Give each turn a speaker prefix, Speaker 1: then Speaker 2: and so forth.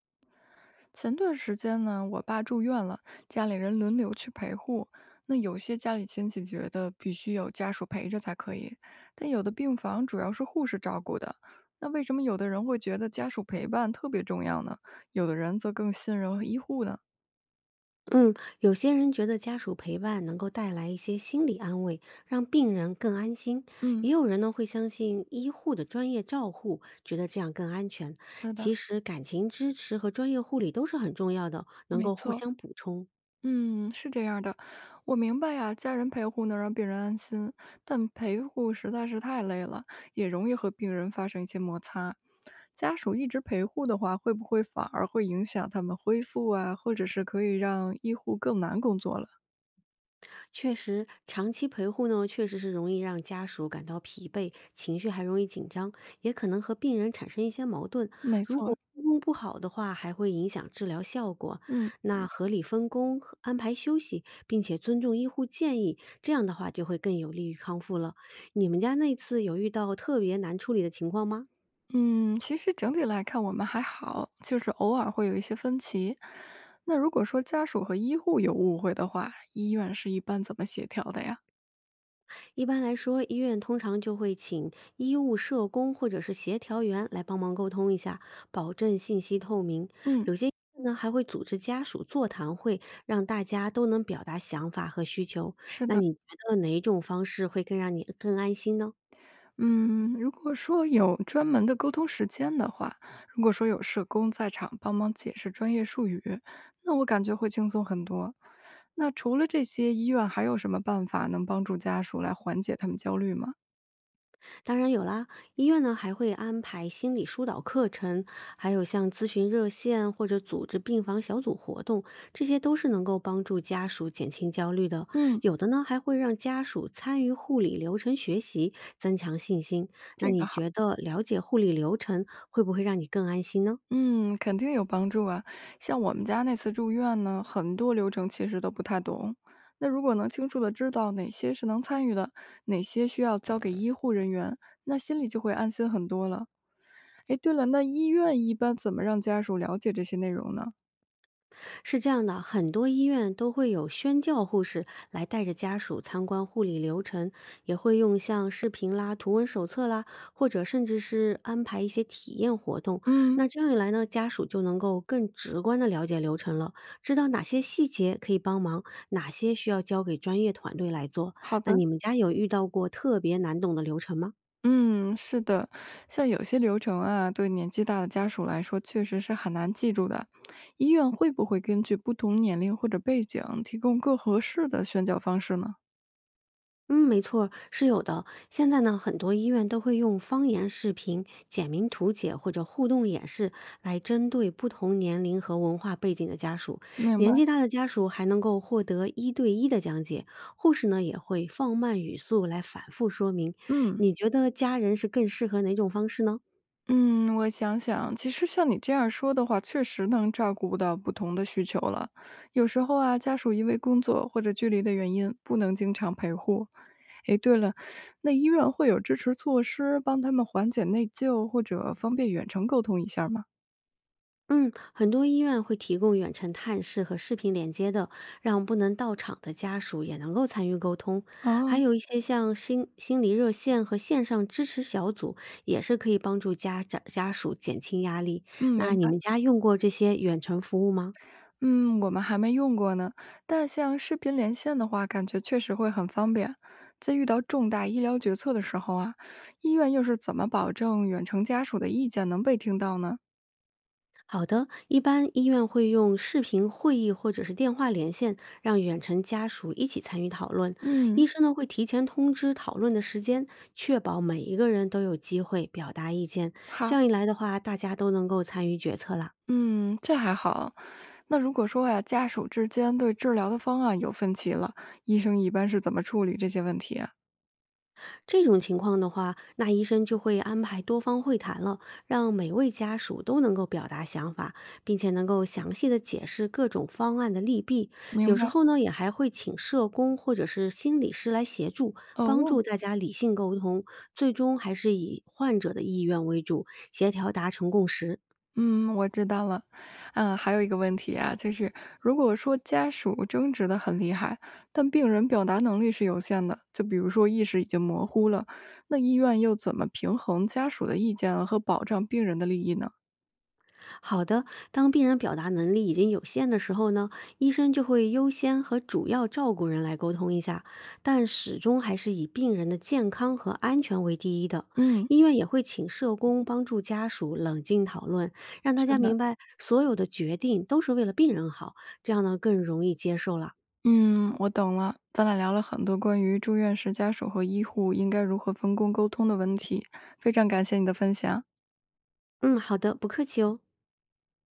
Speaker 1: 前段时间呢，我爸住院了，家里人轮流去陪护。那有些家里亲戚觉得必须有家属陪着才可以，但有的病房主要是护士照顾的。那为什么有的人会觉得家属陪伴特别重要呢？有的人则更信任医护呢？
Speaker 2: 嗯，有些人觉得家属陪伴能够带来一些心理安慰，让病人更安心；也
Speaker 1: 嗯，
Speaker 2: 有人呢会相信医护的专业照护，觉得这样更安全。
Speaker 1: 是的，
Speaker 2: 其实，感情支持和专业护理都是很重要的，能
Speaker 1: 没
Speaker 2: 够互
Speaker 1: 错。
Speaker 2: 相补充。
Speaker 1: 嗯，是这样儿的，我明白呀，家人陪护能让病人安心，但陪护实在是太累了，也容易和病人发生一些摩擦。家属一直陪护的话，会不会反而会影响他们恢复啊？或者是可以让医护更难工作了？
Speaker 2: 确实，长期陪护呢，确实是容易让家属感到疲惫，情绪还容易紧张，也可能和病人产生一些矛盾。
Speaker 1: 没
Speaker 2: 如
Speaker 1: 错，
Speaker 2: 果沟工不好的话，还会影响治疗效果。
Speaker 1: 嗯
Speaker 2: 那合理分工、和安排休息，并且尊重医护建议，这样的话就会更有利于康复了。你们家那次有遇到特别难处理的情况吗？
Speaker 1: 嗯，其实整体来看我们还好，就是偶尔会有一些分歧。那如果说家属和医护有误会的话，医院是一般怎么协调的呀？
Speaker 2: 一般来说，医院通常就会请医务社工或者是协调员来帮忙沟通一下，保证信息透明。
Speaker 1: 嗯，
Speaker 2: 有些医院呢还会组织家属座谈会，让大家都能表达想法和需求。
Speaker 1: 是
Speaker 2: 那
Speaker 1: 的。
Speaker 2: 你觉得哪一种方式会更让你更安心呢？
Speaker 1: 嗯，如果说有专门的沟通时间的话，如果说有社工在场帮忙解释专业术语，那我感觉会轻松很多。那除了这些，医院还有什么办法能帮助家属来缓解他们焦虑吗？
Speaker 2: 当然有啦，医院呢还会安排心理疏导课程，还有像咨询热线或者组织病房小组活动，这些都是能够帮助家属减轻焦虑的。
Speaker 1: 嗯，
Speaker 2: 有的呢还会让家属参与护理流程学习，增强信心。那
Speaker 1: 这
Speaker 2: 你
Speaker 1: 个好，
Speaker 2: 觉得了解护理流程会不会让你更安心呢？
Speaker 1: 嗯，肯定有帮助啊。像我们家那次住院呢，很多流程其实都不太懂。那如果能清楚的知道哪些是能参与的，哪些需要交给医护人员，那心里就会安心很多了。哎，对了，那医院一般怎么让家属了解这些内容呢？
Speaker 2: 是这样的，很多医院都会有宣教护士来带着家属参观护理流程，也会用像视频啦、图文手册啦，或者甚至是安排一些体验活动。
Speaker 1: 嗯，
Speaker 2: 那这样一来呢，家属就能够更直观的了解流程了，知道哪些细节可以帮忙，哪些需要交给专业团队来做。
Speaker 1: 好
Speaker 2: 那
Speaker 1: 的。
Speaker 2: 你们家有遇到过特别难懂的流程吗？
Speaker 1: 嗯，是的，像有些流程啊，对年纪大的家属来说，确实是很难记住的。医院会不会根据不同年龄或者背景，提供更合适的宣教方式呢？
Speaker 2: 嗯，没错，是有的。现在呢，很多医院都会用方言视频、简明图解或者互动演示来针对不同年龄和文化背景的家属。
Speaker 1: 明
Speaker 2: 年
Speaker 1: 白。
Speaker 2: 纪大的家属还能够获得一对一的讲解，护士呢也会放慢语速来反复说明。
Speaker 1: 嗯
Speaker 2: 你觉得家人是更适合哪种方式呢？
Speaker 1: 嗯，我想想，其实像你这样说的话，确实能照顾到不同的需求了。有时候啊，家属因为工作或者距离的原因，不能经常陪护，诶，对了，那医院会有支持措施帮他们缓解内疚，或者方便远程沟通一下吗？
Speaker 2: 嗯，很多医院会提供远程探视和视频连接的，让不能到场的家属也能够参与沟通。还
Speaker 1: 哦，
Speaker 2: 有一些像心理热线和线上支持小组，也是可以帮助家属减轻压力。
Speaker 1: 嗯，
Speaker 2: 那
Speaker 1: 明
Speaker 2: 你
Speaker 1: 白。
Speaker 2: 们家用过这些远程服务吗？
Speaker 1: 嗯，我们还没用过呢，但像视频连线的话，感觉确实会很方便。在遇到重大医疗决策的时候啊，医院又是怎么保证远程家属的意见能被听到呢？
Speaker 2: 好的，一般医院会用视频会议或者是电话连线，让远程家属一起参与讨论。
Speaker 1: 嗯，
Speaker 2: 医生呢会提前通知讨论的时间，确保每一个人都有机会表达意见。这
Speaker 1: 好，
Speaker 2: 样一来的话，大家都能够参与决策啦。
Speaker 1: 嗯，这还好。那如果说呀，家属之间对治疗的方案有分歧了，医生一般是怎么处理这些问题啊？
Speaker 2: 这种情况的话，那医生就会安排多方会谈了，让每位家属都能够表达想法，并且能够详细的解释各种方案的利弊。有
Speaker 1: 明
Speaker 2: 时
Speaker 1: 白。
Speaker 2: 候呢，也还会请社工或者是心理师来协助，帮
Speaker 1: 哦，
Speaker 2: 助大家理性沟通，最终还是以患者的意愿为主，协调达成共识。
Speaker 1: 嗯，我知道了。嗯，还有一个问题啊，就是如果说家属争执的很厉害，但病人表达能力是有限的，就比如说意识已经模糊了，那医院又怎么平衡家属的意见和保障病人的利益呢？
Speaker 2: 好的，当病人表达能力已经有限的时候呢，医生就会优先和主要照顾人来沟通一下，但始终还是以病人的健康和安全为第一的。
Speaker 1: 嗯，
Speaker 2: 医院也会请社工帮助家属冷静讨论，让大
Speaker 1: 是
Speaker 2: 家
Speaker 1: 的，
Speaker 2: 明白所有的决定都是为了病人好，这样呢更容易接受了。
Speaker 1: 嗯，我懂了。咱俩聊了很多关于住院时家属和医护应该如何分工沟通的问题，非常感谢你的分享。
Speaker 2: 嗯，好的，不客气哦。